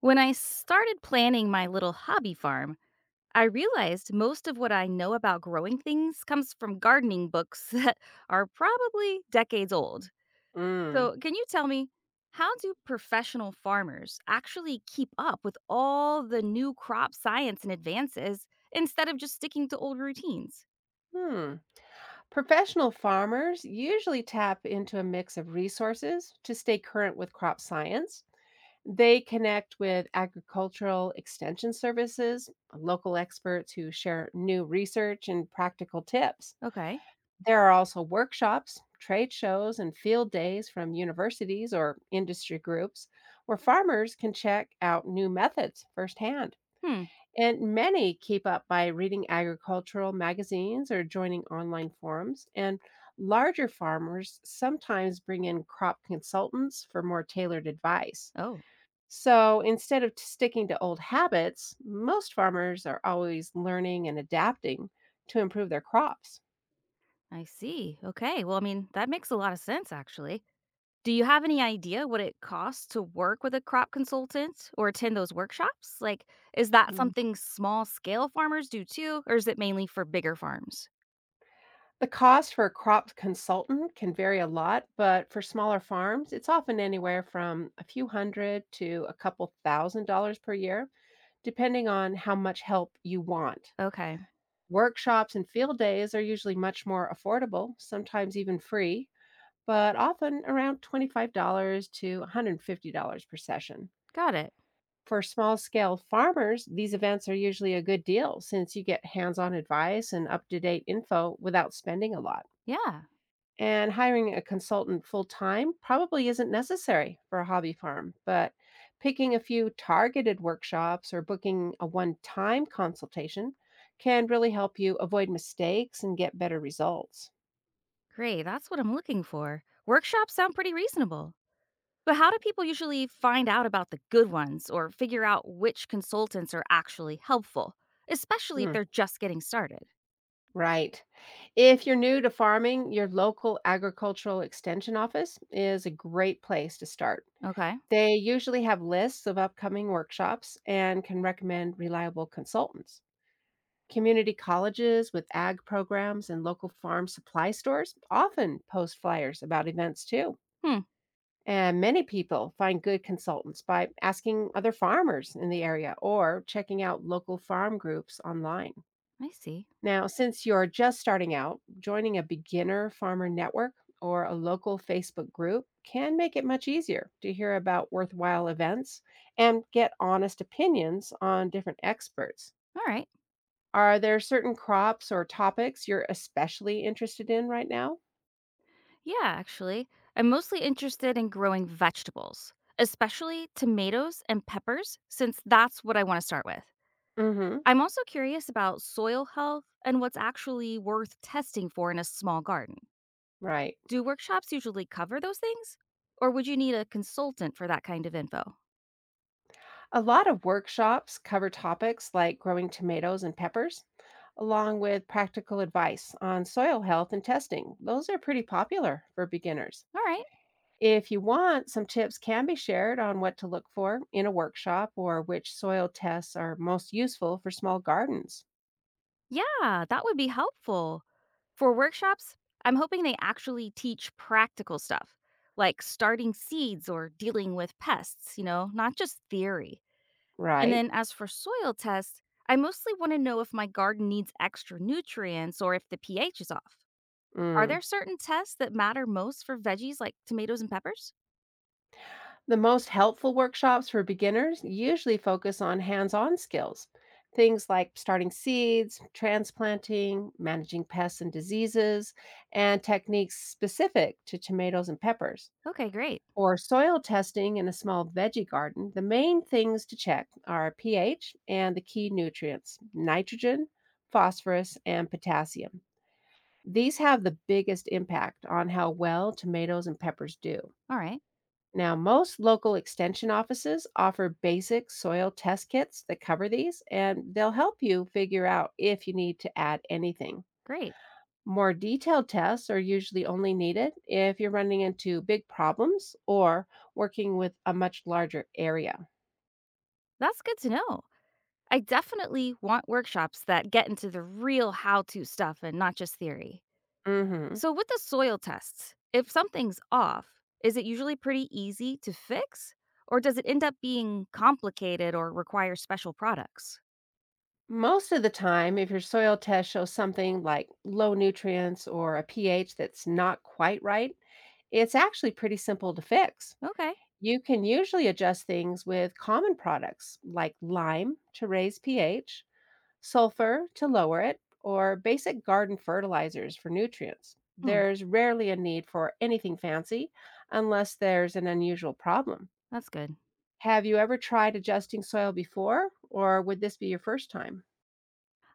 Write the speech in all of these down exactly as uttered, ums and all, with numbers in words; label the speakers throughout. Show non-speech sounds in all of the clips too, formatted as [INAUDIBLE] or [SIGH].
Speaker 1: When I started planning my little hobby farm, I realized most of what I know about growing things comes from gardening books [LAUGHS] that are probably decades old.
Speaker 2: Mm.
Speaker 1: So, can you tell me, how do professional farmers actually keep up with all the new crop science and advances instead of just sticking to old routines?
Speaker 2: Hmm. Professional farmers usually tap into a mix of resources to stay current with crop science. They connect with agricultural extension services, local experts who share new research and practical tips.
Speaker 1: Okay.
Speaker 2: There are also workshops, trade shows, and field days from universities or industry groups where farmers can check out new methods firsthand.
Speaker 1: Hmm.
Speaker 2: And many keep up by reading agricultural magazines or joining online forums. And larger farmers sometimes bring in crop consultants for more tailored advice.
Speaker 1: Oh,
Speaker 2: So instead of t- sticking to old habits, most farmers are always learning and adapting to improve their crops.
Speaker 1: I see. Okay. Well, I mean, that makes a lot of sense actually. Do you have any idea what it costs to work with a crop consultant or attend those workshops? Like, is that
Speaker 2: Mm.
Speaker 1: something small scale farmers do too, or is it mainly for bigger farms?
Speaker 2: The cost for a crop consultant can vary a lot, but for smaller farms, it's often anywhere from a few hundred to a couple thousand dollars per year, depending on how much help you want.
Speaker 1: Okay,
Speaker 2: Workshops and field days are usually much more affordable, sometimes even free, but often around twenty-five dollars to one hundred fifty dollars per session.
Speaker 1: got it.
Speaker 2: For small scale farmers, these events are usually a good deal since you get hands on advice and up to date info without spending a lot.
Speaker 1: Yeah,
Speaker 2: And hiring a consultant full time probably isn't necessary for a hobby farm, but picking a few targeted workshops or booking a one time consultation can really help you avoid mistakes and get better results.
Speaker 1: great. That's what I'm looking for. Workshops sound pretty reasonable. But how do people usually find out about the good ones or figure out which consultants are actually helpful, especially if
Speaker 2: Mm,
Speaker 1: they're just getting started?
Speaker 2: right. If you're new to farming, your local agricultural extension office is a great place to start.
Speaker 1: Okay.
Speaker 2: They usually have lists of upcoming workshops and can recommend reliable consultants. Community colleges with ag programs and local farm supply stores often post flyers about events too.
Speaker 1: Hmm,
Speaker 2: And many people find good consultants by asking other farmers in the area or checking out local farm groups online.
Speaker 1: I see.
Speaker 2: Now, since you're just starting out, joining a beginner farmer network or a local Facebook group can make it much easier to hear about worthwhile events and get honest opinions on different experts.
Speaker 1: All right.
Speaker 2: Are there certain crops or topics you're especially interested in right now?
Speaker 1: Yeah, actually. I'm mostly interested in growing vegetables, especially tomatoes and peppers, since that's what I want to start with.
Speaker 2: Hmm.
Speaker 1: I'm also curious about soil health and what's actually worth testing for in a small garden.
Speaker 2: Right.
Speaker 1: Do workshops usually cover those things? Or would you need a consultant for that kind of info?
Speaker 2: A lot of workshops cover topics like growing tomatoes and peppers, along with practical advice on soil health and testing. Those are pretty popular for beginners.
Speaker 1: All right.
Speaker 2: If you want, some tips can be shared on what to look for in a workshop or which soil tests are most useful for small gardens.
Speaker 1: Yeah, that would be helpful. For workshops, I'm hoping they actually teach practical stuff, like starting seeds or dealing with pests, you know, not just theory. And
Speaker 2: Right.
Speaker 1: then as for soil tests, I mostly want to know if my garden needs extra nutrients or if the pH is off. Are
Speaker 2: Mm.
Speaker 1: there certain tests that matter most for veggies like tomatoes and peppers?
Speaker 2: The most helpful workshops for beginners usually focus on hands on skills, things like starting seeds, transplanting, managing pests and diseases, and techniques specific to tomatoes and peppers.
Speaker 1: Okay, great.
Speaker 2: For soil testing in a small veggie garden, the main things to check are pH and the key nutrients nitrogen, phosphorus, and potassium. These have the biggest impact on how well tomatoes and peppers do.
Speaker 1: All right,
Speaker 2: Now, most local extension offices offer basic soil test kits that cover these, and they'll help you figure out if you need to add anything.
Speaker 1: great.
Speaker 2: More detailed tests are usually only needed if you're running into big problems or working with a much larger area.
Speaker 1: That's good to know. I definitely want workshops that get into the real how to stuff and not just theory.
Speaker 2: Hmm.
Speaker 1: So, with the soil tests, if something's off, is it usually pretty easy to fix? Or does it end up being complicated or require special products?
Speaker 2: Most of the time, if your soil test shows something like low nutrients or a pH that's not quite right, it's actually pretty simple to fix.
Speaker 1: Okay.
Speaker 2: You can usually adjust things with common products like lime to raise pH, sulfur to lower it, or basic garden fertilizers for nutrients.
Speaker 1: Hmm,
Speaker 2: There's rarely a need for anything fancy unless there's an unusual problem.
Speaker 1: that's good.
Speaker 2: Have you ever tried adjusting soil before, or would this be your first time?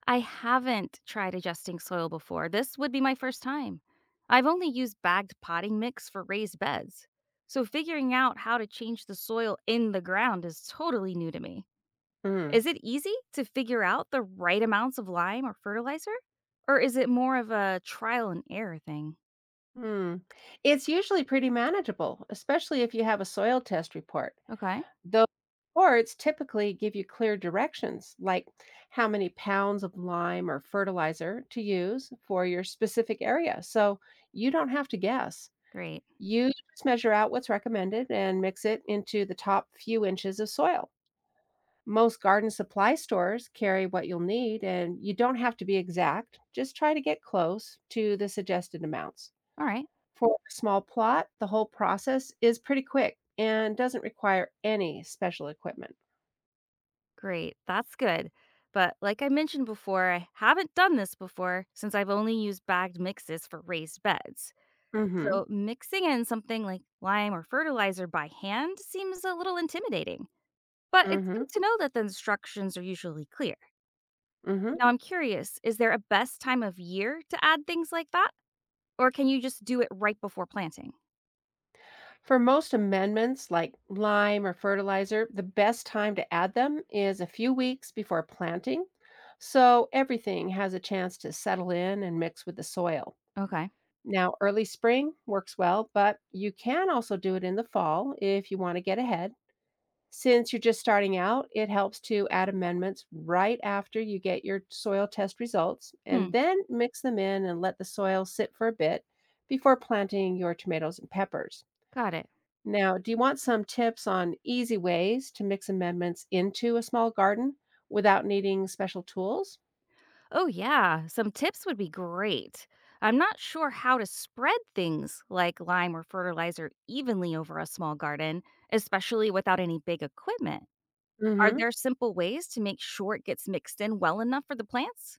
Speaker 1: I haven't tried adjusting soil before. This would be my first time. I've only used bagged potting mix for raised beds. So, figuring out how to change the soil in the ground is totally new to me.
Speaker 2: Mm.
Speaker 1: Is it easy to figure out the right amounts of lime or fertilizer? Or is it more of a trial and error thing?
Speaker 2: Hmm. It's usually pretty manageable, especially if you have a soil test report.
Speaker 1: Okay,
Speaker 2: Those reports typically give you clear directions, like how many pounds of lime or fertilizer to use for your specific area. So you don't have to guess.
Speaker 1: great.
Speaker 2: You just measure out what's recommended and mix it into the top few inches of soil. Most garden supply stores carry what you'll need, and you don't have to be exact. Just try to get close to the suggested amounts.
Speaker 1: All right,
Speaker 2: For a small plot, the whole process is pretty quick and doesn't require any special equipment.
Speaker 1: great. That's good. But like I mentioned before, I haven't done this before since I've only used bagged mixes for raised beds.
Speaker 2: Mhm,
Speaker 1: So mixing in something like lime or fertilizer by hand seems a little intimidating. But it's good
Speaker 2: mhm,
Speaker 1: to know that the instructions are usually clear.
Speaker 2: mhm.
Speaker 1: Now I'm curious, is there a best time of year to add things like that? Or can you just do it right before planting?
Speaker 2: For most amendments like lime or fertilizer, the best time to add them is a few weeks before planting, so everything has a chance to settle in and mix with the soil.
Speaker 1: Okay.
Speaker 2: Now, early spring works well, but you can also do it in the fall if you want to get ahead. Since you're just starting out, it helps to add amendments right after you get your soil test results
Speaker 1: Hmm.
Speaker 2: and then mix them in and let the soil sit for a bit before planting your tomatoes and peppers.
Speaker 1: Got it.
Speaker 2: Now, do you want some tips on easy ways to mix amendments into a small garden without needing special tools?
Speaker 1: Oh, yeah. Some tips would be great. I'm not sure how to spread things like lime or fertilizer evenly over a small garden, especially without any big equipment. Are
Speaker 2: Mm-hmm.
Speaker 1: there simple ways to make sure it gets mixed in well enough for the plants?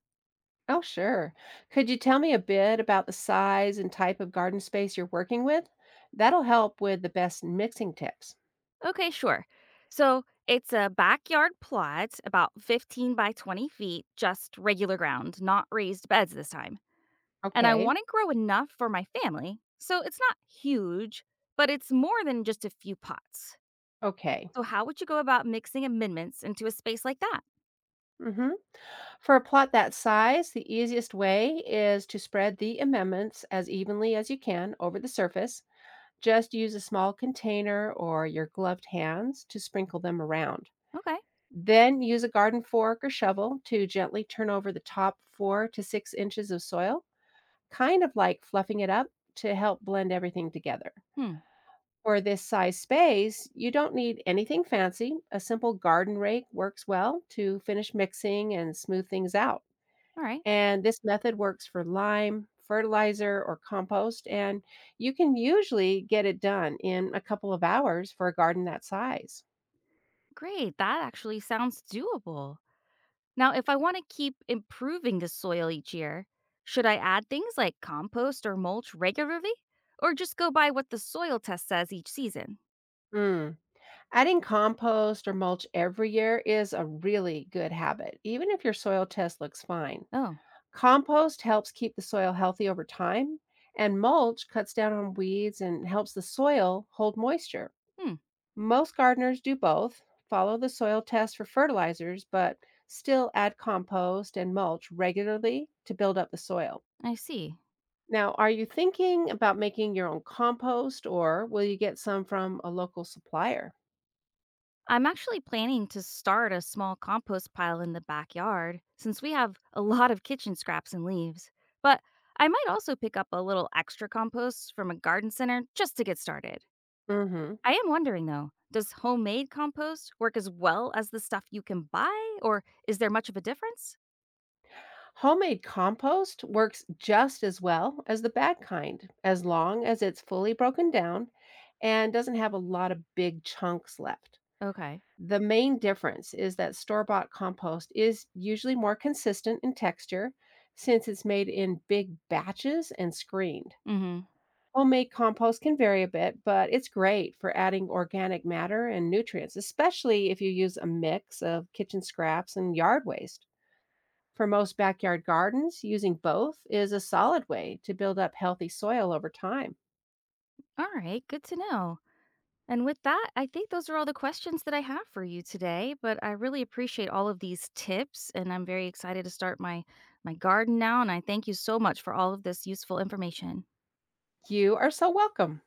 Speaker 2: Oh, sure. Could you tell me a bit about the size and type of garden space you're working with? That'll help with the best mixing tips.
Speaker 1: Okay, sure. So it's a backyard plot, about fifteen by twenty feet, just regular ground, not raised beds this time. And I
Speaker 2: Okay.
Speaker 1: want to grow enough for my family, so it's not huge, but it's more than just a few pots.
Speaker 2: Okay.
Speaker 1: So how would you go about mixing amendments into a space like that?
Speaker 2: Mm-hmm. For a plot that size, the easiest way is to spread the amendments as evenly as you can over the surface. Just use a small container or your gloved hands to sprinkle them around.
Speaker 1: Okay.
Speaker 2: Then use a garden fork or shovel to gently turn over the top four to six inches of soil, kind of like fluffing it up to help blend everything together.
Speaker 1: Hmm.
Speaker 2: For this size space, you don't need anything fancy. A simple garden rake works well to finish mixing and smooth things out.
Speaker 1: All right.
Speaker 2: And this method works for lime, fertilizer, or compost. And you can usually get it done in a couple of hours for a garden that size.
Speaker 1: Great. That actually sounds doable. Now, if I want to keep improving the soil each year, should I add things like compost or mulch regularly? Or just go by what the soil test says each season?
Speaker 2: Mm. Adding compost or mulch every year is a really good habit, even if your soil test looks fine.
Speaker 1: Oh,
Speaker 2: Compost helps keep the soil healthy over time, and mulch cuts down on weeds and helps the soil hold moisture.
Speaker 1: hmm.
Speaker 2: Most gardeners do both, follow the soil test for fertilizers, but still add compost and mulch regularly to build up the soil.
Speaker 1: I see.
Speaker 2: Now, are you thinking about making your own compost or will you get some from a local supplier?
Speaker 1: I'm actually planning to start a small compost pile in the backyard since we have a lot of kitchen scraps and leaves. But I might also pick up a little extra compost from a garden center just to get started.
Speaker 2: Hmm.
Speaker 1: I am wondering though, does homemade compost work as well as the stuff you can buy, or is there much of a difference?
Speaker 2: Homemade compost works just as well as the bag kind, as long as it's fully broken down and doesn't have a lot of big chunks left.
Speaker 1: Okay.
Speaker 2: The main difference is that store-bought compost is usually more consistent in texture since it's made in big batches and screened.
Speaker 1: Mm
Speaker 2: Homemade compost can vary a bit, but it's great for adding organic matter and nutrients, especially if you use a mix of kitchen scraps and yard waste. For most backyard gardens, using both is a solid way to build up healthy soil over time.
Speaker 1: hmm. All right. Good to know. And with that, I think those are all the questions that I have for you today, but I really appreciate all of these tips and I'm very excited to start my my garden now and I thank you so much for all of this useful information.
Speaker 2: You are so welcome.